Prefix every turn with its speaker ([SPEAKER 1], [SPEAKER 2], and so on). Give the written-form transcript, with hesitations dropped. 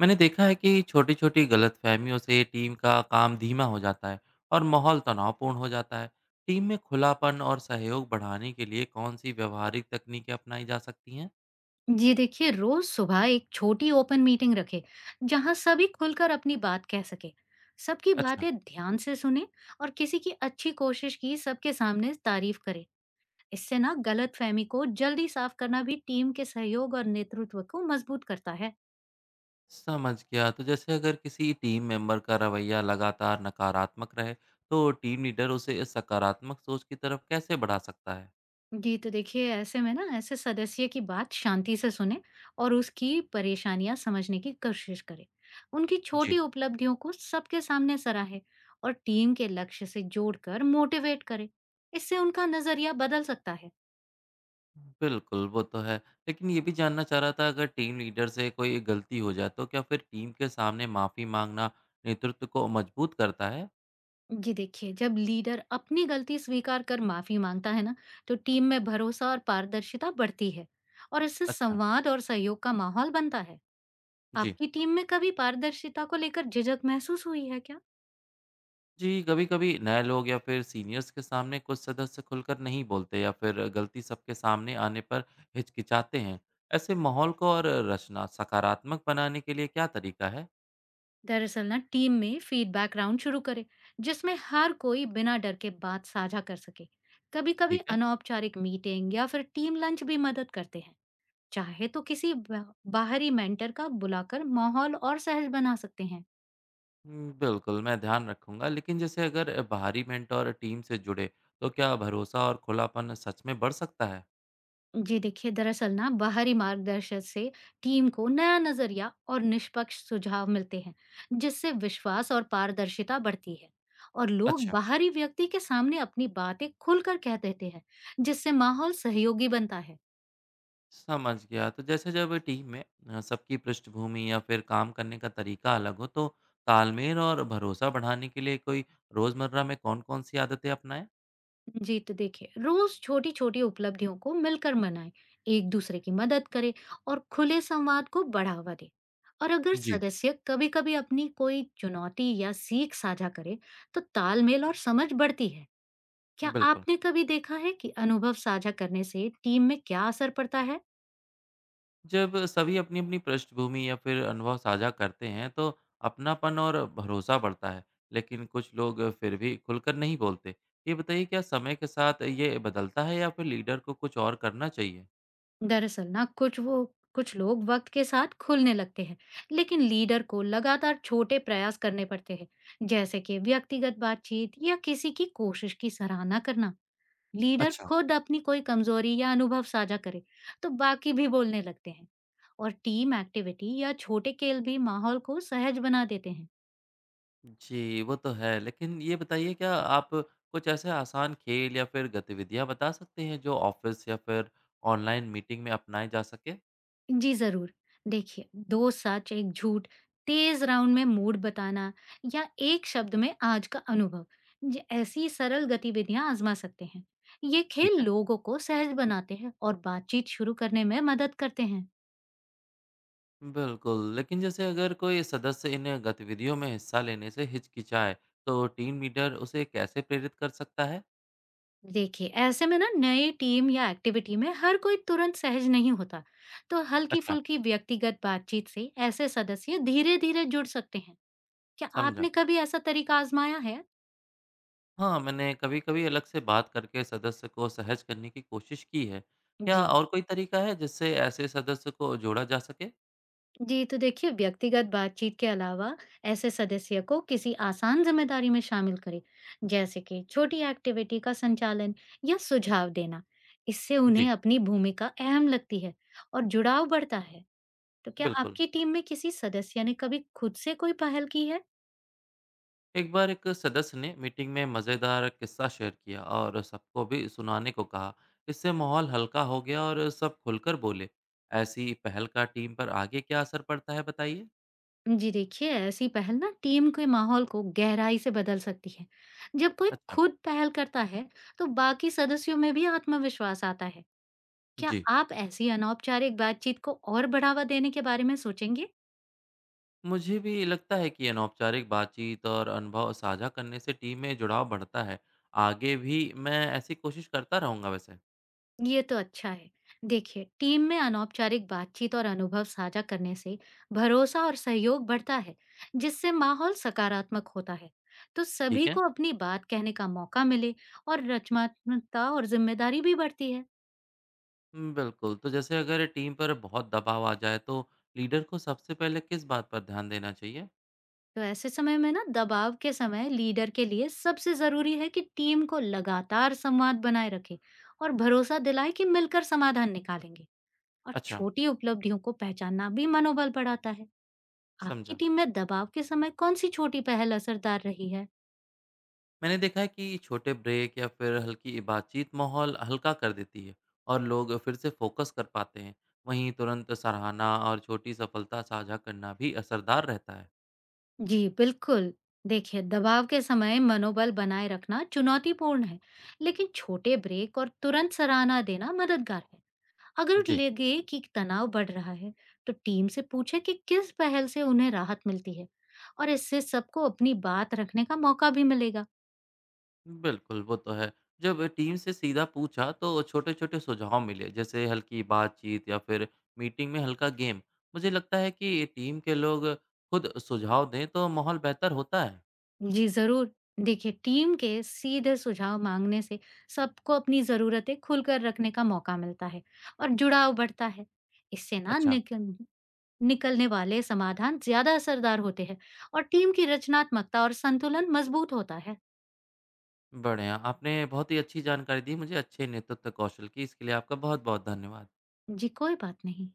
[SPEAKER 1] मैंने देखा है कि छोटी-छोटी गलतफहमियों से टीम का काम धीमा हो जाता है और माहौल तनावपूर्ण हो जाता है। टीम में खुलापन और सहयोग बढ़ाने के लिए कौन सी व्यवहारिक तकनीकें अपनाई जा सकती हैं?
[SPEAKER 2] जी देखिए, रोज सुबह एक छोटी ओपन मीटिंग रखें जहां सभी खुलकर अपनी बात कह सके, सबकी
[SPEAKER 1] अच्छा।
[SPEAKER 2] बातें ध्यान से सुने और किसी की अच्छी कोशिश की सबके सामने तारीफ करें। इससे ना गलत फहमी को जल्दी साफ करना भी टीम के सहयोग और नेतृत्व को मजबूत करता है।
[SPEAKER 1] समझ गया। तो जैसे अगर किसी टीम मेंबर का रवैया लगातार नकारात्मक रहे, तो टीम लीडर उसे सकारात्मक सोच की तरफ कैसे बढ़ा सकता है?
[SPEAKER 2] जी, तो देखिए ऐसे में ना ऐसे सदस्य की बात शांति से सुने और उसकी परेशानियां समझने की कोशिश करें। उनकी
[SPEAKER 1] जी,
[SPEAKER 2] छोटी उपलब्धियों को सबके सामने सराहे और टीम के लक्ष्य से जोड़कर मोटिवेट करें। इससे उनका नजरिया बदल सकता है।
[SPEAKER 1] बिल्कुल, वो तो है। लेकिन ये भी जानना चाह रहा था, अगर टीम लीडर से कोई गलती हो जाए तो क्या फिर टीम के सामने माफ़ी माँगना नेतृत्व को मजबूत करता है?
[SPEAKER 2] जी देखिए, जब लीडर अपनी गलती स्वीकार कर माफी मांगता है ना, तो टीम में भरोसा और पारदर्शिता बढ़ती है और इससे
[SPEAKER 1] अच्छा,
[SPEAKER 2] संवाद और सहयोग का माहौल बनता है।
[SPEAKER 1] जी।
[SPEAKER 2] आपकी टीम में कभी पारदर्शिता को लेकर झिझक महसूस हुई है क्या?
[SPEAKER 1] जी, कभी-कभी नए लोग या फिर सीनियर्स के सामने कुछ सदस्य खुलकर नहीं बोलते या फिर गलती सबके सामने आने पर हिचकिचाते हैं। ऐसे माहौल को और रचना सकारात्मक बनाने के लिए क्या तरीका है?
[SPEAKER 2] दरअसल ना टीम में फीडबैक राउंड शुरू करे जिसमें हर कोई बिना डर के बात साझा कर सके। कभी कभी
[SPEAKER 1] ठीक है।
[SPEAKER 2] अनौपचारिक मीटिंग या फिर टीम लंच भी मदद करते हैं। चाहे तो बाहरी मेंटर का बुलाकर माहौल और सहज बना सकते हैं।
[SPEAKER 1] हुँ, बिल्कुल, मैं ध्यान रखूँगा। लेकिन जैसे अगर बाहरी मेंटर टीम से जुड़े तो क्या भरोसा और खुलापन सच में बढ़ सकता है?
[SPEAKER 2] जी देखिए, दरअसल ना बाहरी मार्गदर्शन से टीम को नया नजरिया और निष्पक्ष सुझाव मिलते हैं, जिससे विश्वास और पारदर्शिता बढ़ती है। और लोग
[SPEAKER 1] अच्छा,
[SPEAKER 2] बाहरी व्यक्ति के सामने अपनी बातें खुलकर कह देते हैं, जिससे माहौल सहयोगी बनता है।
[SPEAKER 1] समझ गया। तो जैसे जब टीम में सबकी पृष्ठभूमि या फिर काम करने का तरीका अलग हो, तो तालमेल और भरोसा बढ़ाने के लिए कोई रोज़मर्रा में कौन-कौन सी आदतें अपनाएँ?
[SPEAKER 2] जी तो देखिए, रोज छोटी-छोटी उपलब्धियों को मिलकर मनाएं, एक दूसरे की मदद करें और खुले संवाद को बढ़ावा दें। और अगर
[SPEAKER 1] जी।
[SPEAKER 2] सदस्य कभी-कभी अपनी कोई चुनौती या सीख साझा करे, तो तालमेल और समझ बढ़ती है। क्या
[SPEAKER 1] बिल्कुल।
[SPEAKER 2] आपने कभी देखा है कि अनुभव साझा करने से टीम में क्या असर पड़ता है?
[SPEAKER 1] जब सभी अपनी-अपनी पृष्ठभूमि या फिर अनुभव साझा करते हैं, तो अपनापन और भरोसा बढ़ता है, लेकिन कुछ लोग फिर भी खुलकर नहीं बोलते। ये बताइए, क्या समय के साथ ये बदलता है या फिर लीडर को कुछ और करना चाहिए?
[SPEAKER 2] दरअसल ना कुछ लोग वक्त के साथ खुलने लगते हैं, लेकिन लीडर को लगातार छोटे प्रयास करने पड़ते हैं, जैसे कि व्यक्तिगत बातचीत या किसी की कोशिश की सराहना करना। लीडर
[SPEAKER 1] अच्छा।
[SPEAKER 2] खुद अपनी कोई कमजोरी या अनुभव साझा करे, तो बाकी भी बोलने लगते हैं। और टीम एक्टिविटी या छोटे खेल भी माहौल को सहज बना देते हैं।
[SPEAKER 1] जी, वो तो है। लेकिन ये बताइए, क्या आप कुछ ऐसे आसान खेल या फिर गतिविधियाँ बता सकते हैं जो ऑफ़िस या फिर ऑनलाइन मीटिंग में अपनाए जा सकें?
[SPEAKER 2] जी, ज़रूर। देखिए, 2 सच, 1 झूठ, तेज़ राउंड में मूड बताना या एक शब्द में आज का अनुभव, ज ऐसी सरल गतिविधियाँ आज़मा सकते हैं। ये
[SPEAKER 1] ठीक
[SPEAKER 2] खेल
[SPEAKER 1] है?
[SPEAKER 2] लोगों को सहज बनाते हैं और बातचीत शुरू करने में मदद करते हैं।
[SPEAKER 1] बिल्कुल, लेकिन जैसे अगर कोई सदस्य इन गतिविधियों में हिस्सा लेने से हिचकिचाए, तो टीम लीडर उसे कैसे प्रेरित कर सकता है?
[SPEAKER 2] देखिए, ऐसे में ना नई टीम या एक्टिविटी में हर कोई तुरंत सहज नहीं होता, तो
[SPEAKER 1] अच्छा।
[SPEAKER 2] हल्की-फुल्की व्यक्तिगत बातचीत से ऐसे सदस्य धीरे-धीरे जुड़ सकते हैं। क्या
[SPEAKER 1] समझा।
[SPEAKER 2] आपने कभी ऐसा तरीका आज़माया है?
[SPEAKER 1] हाँ, मैंने कभी-कभी अलग से बात करके सदस्य को सहज करने की कोशिश की है। क्या
[SPEAKER 2] जी।
[SPEAKER 1] और कोई तरीका है जिससे ऐसे सदस्य को जोड़ा जा सके?
[SPEAKER 2] जी, तो देखिए व्यक्तिगत बातचीत के अलावा ऐसे सदस्य को किसी आसान जिम्मेदारी में शामिल करें, जैसे कि छोटी एक्टिविटी का संचालन या सुझाव देना। इससे उन्हें
[SPEAKER 1] जी।
[SPEAKER 2] अपनी भूमिका अहम लगती है और जुड़ाव बढ़ता है। तो क्या
[SPEAKER 1] बिल्कुल।
[SPEAKER 2] आपकी टीम में किसी सदस्य ने कभी खुद से कोई पहल की है?
[SPEAKER 1] एक बार एक सदस्य ने मीटिंग में मज़ेदार किस्सा शेयर किया और सबको भी सुनाने को कहा। इससे माहौल हल्का हो गया और सब खुलकर बोले। ऐसी पहल का टीम पर आगे क्या असर पड़ता है, बताइए।
[SPEAKER 2] जी देखिए, ऐसी पहल ना टीम के माहौल को गहराई से बदल सकती है। जब कोई
[SPEAKER 1] अच्छा।
[SPEAKER 2] खुद पहल करता है, तो बाकी सदस्यों में भी आत्मविश्वास आता है। क्या
[SPEAKER 1] जी।
[SPEAKER 2] आप ऐसी अनौपचारिक बातचीत को और बढ़ावा देने के बारे में सोचेंगे?
[SPEAKER 1] मुझे भी लगता है कि अनौपचारिक बातचीत और अनुभव साझा करने से टीम में जुड़ाव बढ़ता है। आगे भी मैं ऐसी कोशिश करता रहूंगा वैसे।
[SPEAKER 2] ये तो अच्छा है। देखिए, टीम में अनौपचारिक बातचीत और अनुभव साझा करने से भरोसा और सहयोग बढ़ता है, जिससे माहौल सकारात्मक होता है। तो
[SPEAKER 1] ठीक
[SPEAKER 2] सभी
[SPEAKER 1] है।
[SPEAKER 2] को अपनी बात कहने का मौका मिले और रचनात्मकता और जिम्मेदारी भी बढ़ती है।
[SPEAKER 1] बिल्कुल। तो जैसे अगर टीम पर बहुत दबाव आ जाए तो लीडर को सबसे पहले किस बात पर ध्यान देना चाहिए?
[SPEAKER 2] तो ऐसे समय में ना दबाव के समय लीडर के लिए सबसे जरूरी है कि टीम को लगातार संवाद बनाए रखे और भरोसा दिलाए कि मिलकर समाधान निकालेंगे। और
[SPEAKER 1] अच्छा।
[SPEAKER 2] छोटी उपलब्धियों को पहचानना भी मनोबल बढ़ाता है। आपकी
[SPEAKER 1] समझा।
[SPEAKER 2] टीम में दबाव के समय कौन सी छोटी पहल असरदार रही है?
[SPEAKER 1] मैंने देखा है कि छोटे ब्रेक या फिर हल्की बातचीत माहौल हल्का कर देती है और लोग फिर से फोकस कर पाते हैं। वहीं तुरंत सराहना और छोटी सफलता साझा करना भी असरदार रहता है।
[SPEAKER 2] जी बिल्कुल। देखिए, दबाव के समय मनोबल बनाए रखना चुनौतीपूर्ण है, लेकिन छोटे ब्रेक और तुरंत सराहना देना मददगार है। अगर
[SPEAKER 1] जी।
[SPEAKER 2] लगे कि तनाव बढ़ रहा है, तो टीम से पूछे कि किस पहल से उन्हें राहत मिलती है, और इससे सबको अपनी बात रखने का मौका भी मिलेगा।
[SPEAKER 1] बिल्कुल, वो तो है। जब टीम से सीधा पूछा तो छोटे छोटे सुझाव मिले, जैसे हल्की बातचीत या फिर मीटिंग में हल्का गेम। मुझे लगता है कि टीम के लोग खुद सुझाव दें तो माहौल बेहतर होता है।
[SPEAKER 2] जी, ज़रूर। देखिए, टीम के सीधे सुझाव माँगने से सबको अपनी ज़रूरतें खुलकर रखने का मौका मिलता है और जुड़ाव बढ़ता है। इससे ना
[SPEAKER 1] अच्छा।
[SPEAKER 2] निकलने वाले समाधान ज़्यादा असरदार होते हैं और टीम की रचनात्मकता और संतुलन मज़बूत होता है।
[SPEAKER 1] बढ़िया, आपने बहुत ही अच्छी जानकारी दी मुझे अच्छे नेतृत्व कौशल की, इसके लिए आपका बहुत-बहुत धन्यवाद।
[SPEAKER 2] जी, कोई बात नहीं।